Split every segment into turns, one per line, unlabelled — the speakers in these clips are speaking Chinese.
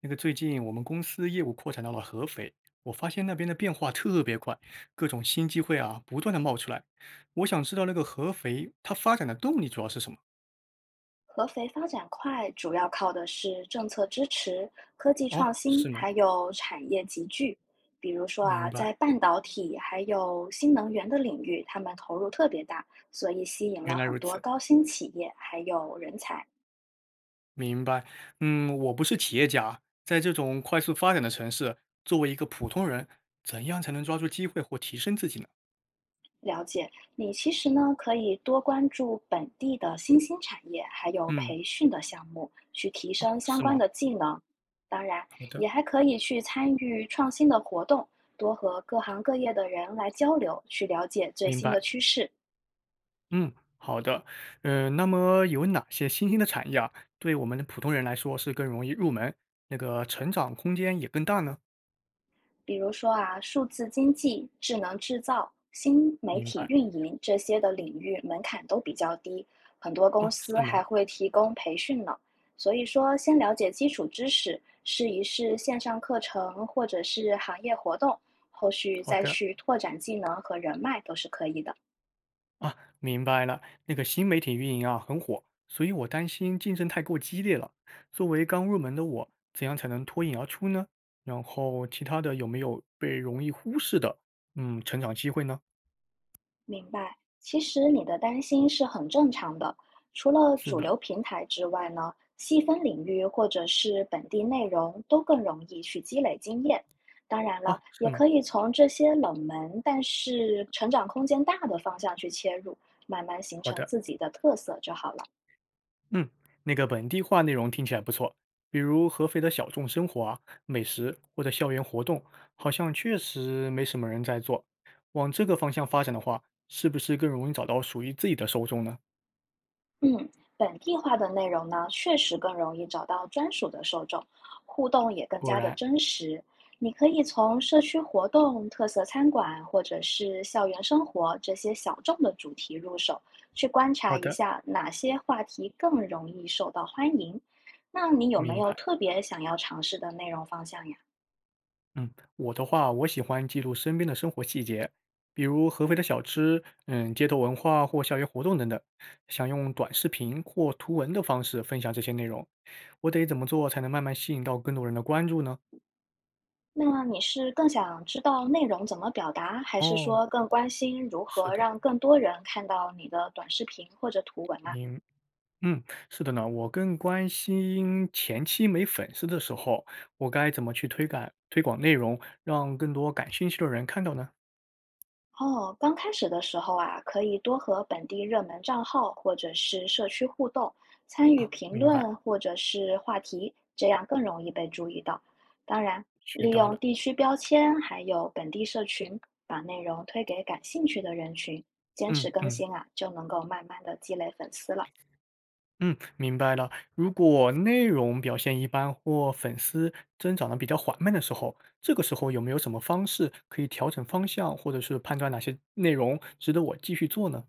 最近我们公司业务扩展到了合肥，我发现那边的变化特别快，各种新机会啊不断的冒出来。我想知道合肥它发展的动力主要是什么？
合肥发展快，主要靠的是政策支持、科技
哦，
创新，
是吗？
还有产业集聚。比如说啊，
明白。
在半导体还有新能源的领域，他们投入特别大，所以吸引了
原来
很
如
多
此，
高新企业还有人才。
明白。嗯，我不是企业家，在这种快速发展的城市，作为一个普通人，怎样才能抓住机会或提升自己呢？
了解，你其实呢可以多关注本地的新兴产业，还有
嗯。
培训的项目，去提
哦，
升相
是
关
吗？
的技能。当然，
好的，
也还可以去参与创新的活动，多和各行各业的人来交流，去了解最
明
新的
白。
趋势。
嗯，好的。那么有哪些新兴的产业啊，对我们的普通人来说是更容易入门，成长空间也更大呢？
比如说啊，数字经济、智能制造、新媒
明
体
白。
运营这些的领域门槛都比较低，很多公
哦，
司
是
还
吗？
会提供培训呢。所以说，先了解基础知识，试一试线上课程或者是行业活动，后续
好
再
的。
去拓展技能和人脉都是可以的。
啊，明白了。新媒体运营啊，很火，所以我担心竞争太过激烈了。作为刚入门的我，怎样才能脱颖而出呢？然后其他的有没有被容易忽视的，嗯，成长机会呢？
明白，其实你的担心是很正常的。除了
是
主
的。
流平台之外呢，细分领域或者是本地内容都更容易去积累经验。当然了，
哦，是
也
吗？
可以从这些冷门但是成长空间大的方向去切入，慢慢形
好
成
的。
自己的特色就好了。
嗯，本地化内容听起来不错，比如合肥的小众生活啊、美食或者校园活动，好像确实没什么人在做。往这个方向发展的话，是不是更容易找到属于自己的受众呢？
嗯，本地化的内容呢，确实更容易找到专属的受众，互动也更
果
加的
然，
真实。你可以从社区活动、特色餐馆或者是校园生活这些小众的主题入手，去观察
好
一
的，
下哪些话题更容易受到欢迎。那你有没
明
有
白。
特别想要尝试的内容方向呀？
嗯，我的话，我喜欢记录身边的生活细节，比如合肥的小吃，嗯，街头文化或校园活动等等，想用短视频或图文的方式分享这些内容。我得怎么做才能慢慢吸引到更多人的关注呢？
那你是更想知道内容怎么表达，还是
哦，
说更关心如
是
何
的，
让更多人看到你的短视频或者图文呢？
明嗯，是的呢，我更关心前期没粉丝的时候，我该怎么去推广内容，让更多感兴趣的人看到呢？
哦，刚开始的时候啊，可以多和本地热门账号或者是社区互动，参与
啊，
评
明白，
论或者是话题，这样更容易被注意到。当然，
学
利
到
用
了。
地区标签还有本地社群，把内容推给感兴趣的人群，坚持
嗯
更
嗯。
新啊，就能够慢慢的积累粉丝了。
嗯，明白了。如果内容表现一般或粉丝增长的比较缓慢的时候，这个时候有没有什么方式可以调整方向，或者是判断哪些内容值得我继续做呢？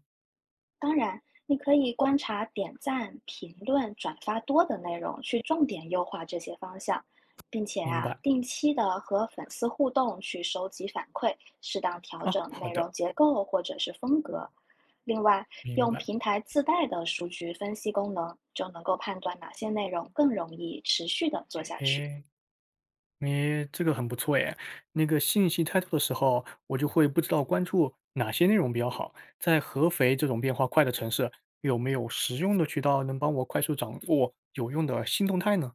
当然，你可以观察点赞、评论、转发多的内容，去重点优化这些方向，并且
明
啊，
白。
定期的和粉丝互动，去收集反馈，适当调
啊，
整
好
内
的，
容结构或者是风格。另外，
明
用
白。
平台自带的数据分析功能，就能够判断哪些内容更容易持续的做下去。
诶，你这个很不错诶，信息太多的时候，我就会不知道关注哪些内容比较好。在合肥这种变化快的城市，有没有实用的渠道能帮我快速掌握有用的新动态呢？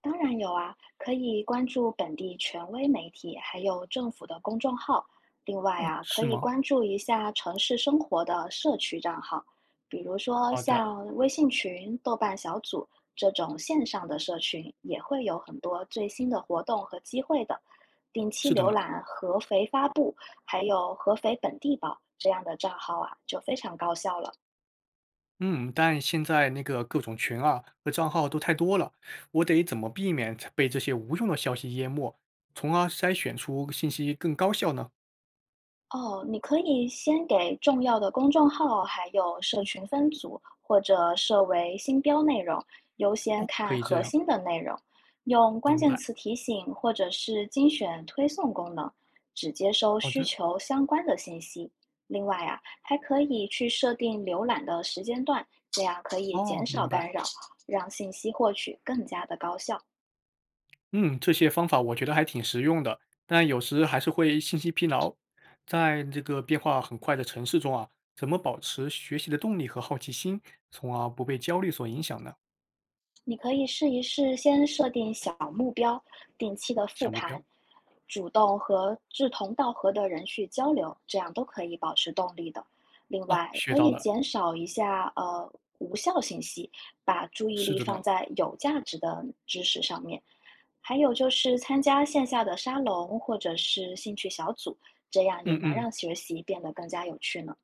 当然有啊，可以关注本地权威媒体，还有政府的公众号。另外
哦，
啊，可
是
以
吗？
关注一下城市生活的社区账号，比如说
好的，
像微信群、豆瓣小组这种线上的社群，也会有很多最新的活动和机会的。定期
是的
浏
呢。
览合肥发布，还有合肥本地宝这样的账号啊，就非常高效了。
嗯，但现在各种群啊和账号都太多了，我得怎么避免被这些无用的消息淹没，从而筛选出信息更高效呢？
哦，你可以先给重要的公众号，还有社群分组，或者设为新标内容，优先
哦，可
看
以这
核
样，
心的内容，用关
明
键
白。
词提醒或者是精选推送功能，只接收
好
需
的，
求相关的信息。另外啊，还可以去设定浏览的时间段，这样可以减
哦，
少
明白。
干扰，让信息获取更加的高效。
嗯，这些方法我觉得还挺实用的，但有时还是会信息疲劳。在这个变化很快的城市中啊，怎么保持学习的动力和好奇心，从而不被焦虑所影响呢？
你可以试一试，先设定小目标，定期的复
小目
盘，
标。
主动和志同道合的人去交流，这样都可以保持动力的。另
啊，
外，
学
可
到
以
了。
减少一下无效信息，把注意
是
力
的呢。
放在有价值的知识上面。还有就是参加线下的沙龙或者是兴趣小组，这样也
嗯
能让
嗯。
学习变得更加有趣呢。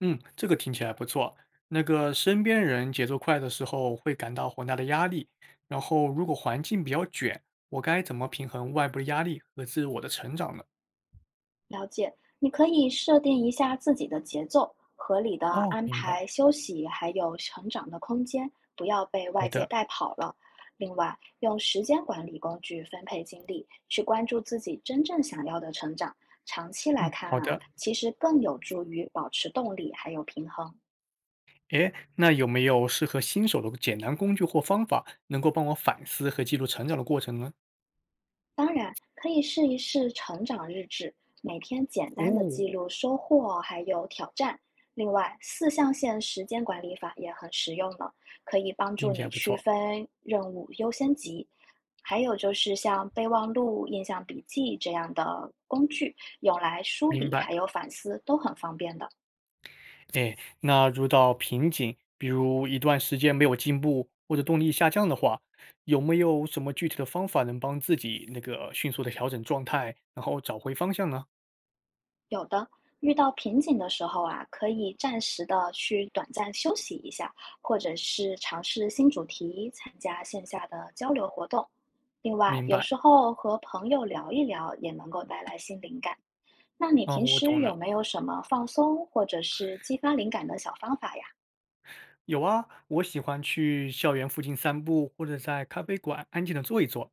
嗯，这个听起来不错。身边人节奏快的时候会感到很大的压力，然后如果环境比较卷，我该怎么平衡外部的压力和自我的成长呢？
了解，你可以设定一下自己的节奏，合理的
哦，
安
明白，
排休息，还有成长的空间，不要被外
好
界
的，
带跑了。另外，用时间管理工具分配精力，去关注自己真正想要的成长。长期来
嗯，
看
好
啊，
的。
其实更有助于保持动力还有平衡。
诶，那有没有适合新手的简单工具或方法，能够帮我反思和记录成长的过程呢？
当然，可以试一试成长日志，每天简单的
哦，
记录收获还有挑战。另外，四象限时间管理法也很实用呢，可以帮助
听起
你
来不
区
错，
分任务优先级。还有就是像备忘录、印象笔记这样的工具，用来梳
明
理还
白。
有反思都很方便的。
诶，那遇到瓶颈，比如一段时间没有进步或者动力下降的话，有没有什么具体的方法能帮自己迅速的调整状态，然后找回方向呢？
有的，遇到瓶颈的时候啊，可以暂时的去短暂休息一下，或者是尝试新主题，参加线下的交流活动。另外，
明
有
白。
时候和朋友聊一聊也能够带来新灵感。那你
嗯，
平
我
时
懂
有
了。
没有什么放松或者是激发灵感的小方法呀？
有啊，我喜欢去校园附近散步，或者在咖啡馆安静的坐一坐，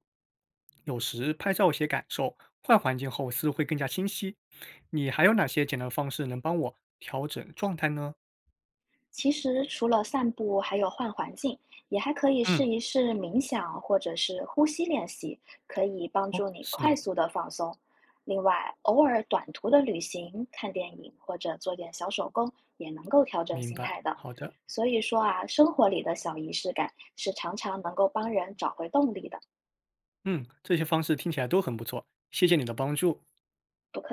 有时拍照写感受，换环境后思路会更加清晰。你还有哪些简单的方式能帮我调整状态呢？
其实除了散步，还有换环境，也还可以试
嗯。
一试冥想或者是呼吸练习，可以帮
哦，
助你
是
快
吗？
速的放松。另外，偶尔短途的旅行、看电影或者做点小手工，也能够调整
明
心
白，
态的。
好的，
所以说啊，生活里的小仪式感是常常能够帮人找回动力的。
嗯，这些方式听起来都很不错，谢谢你的帮助。
不客气。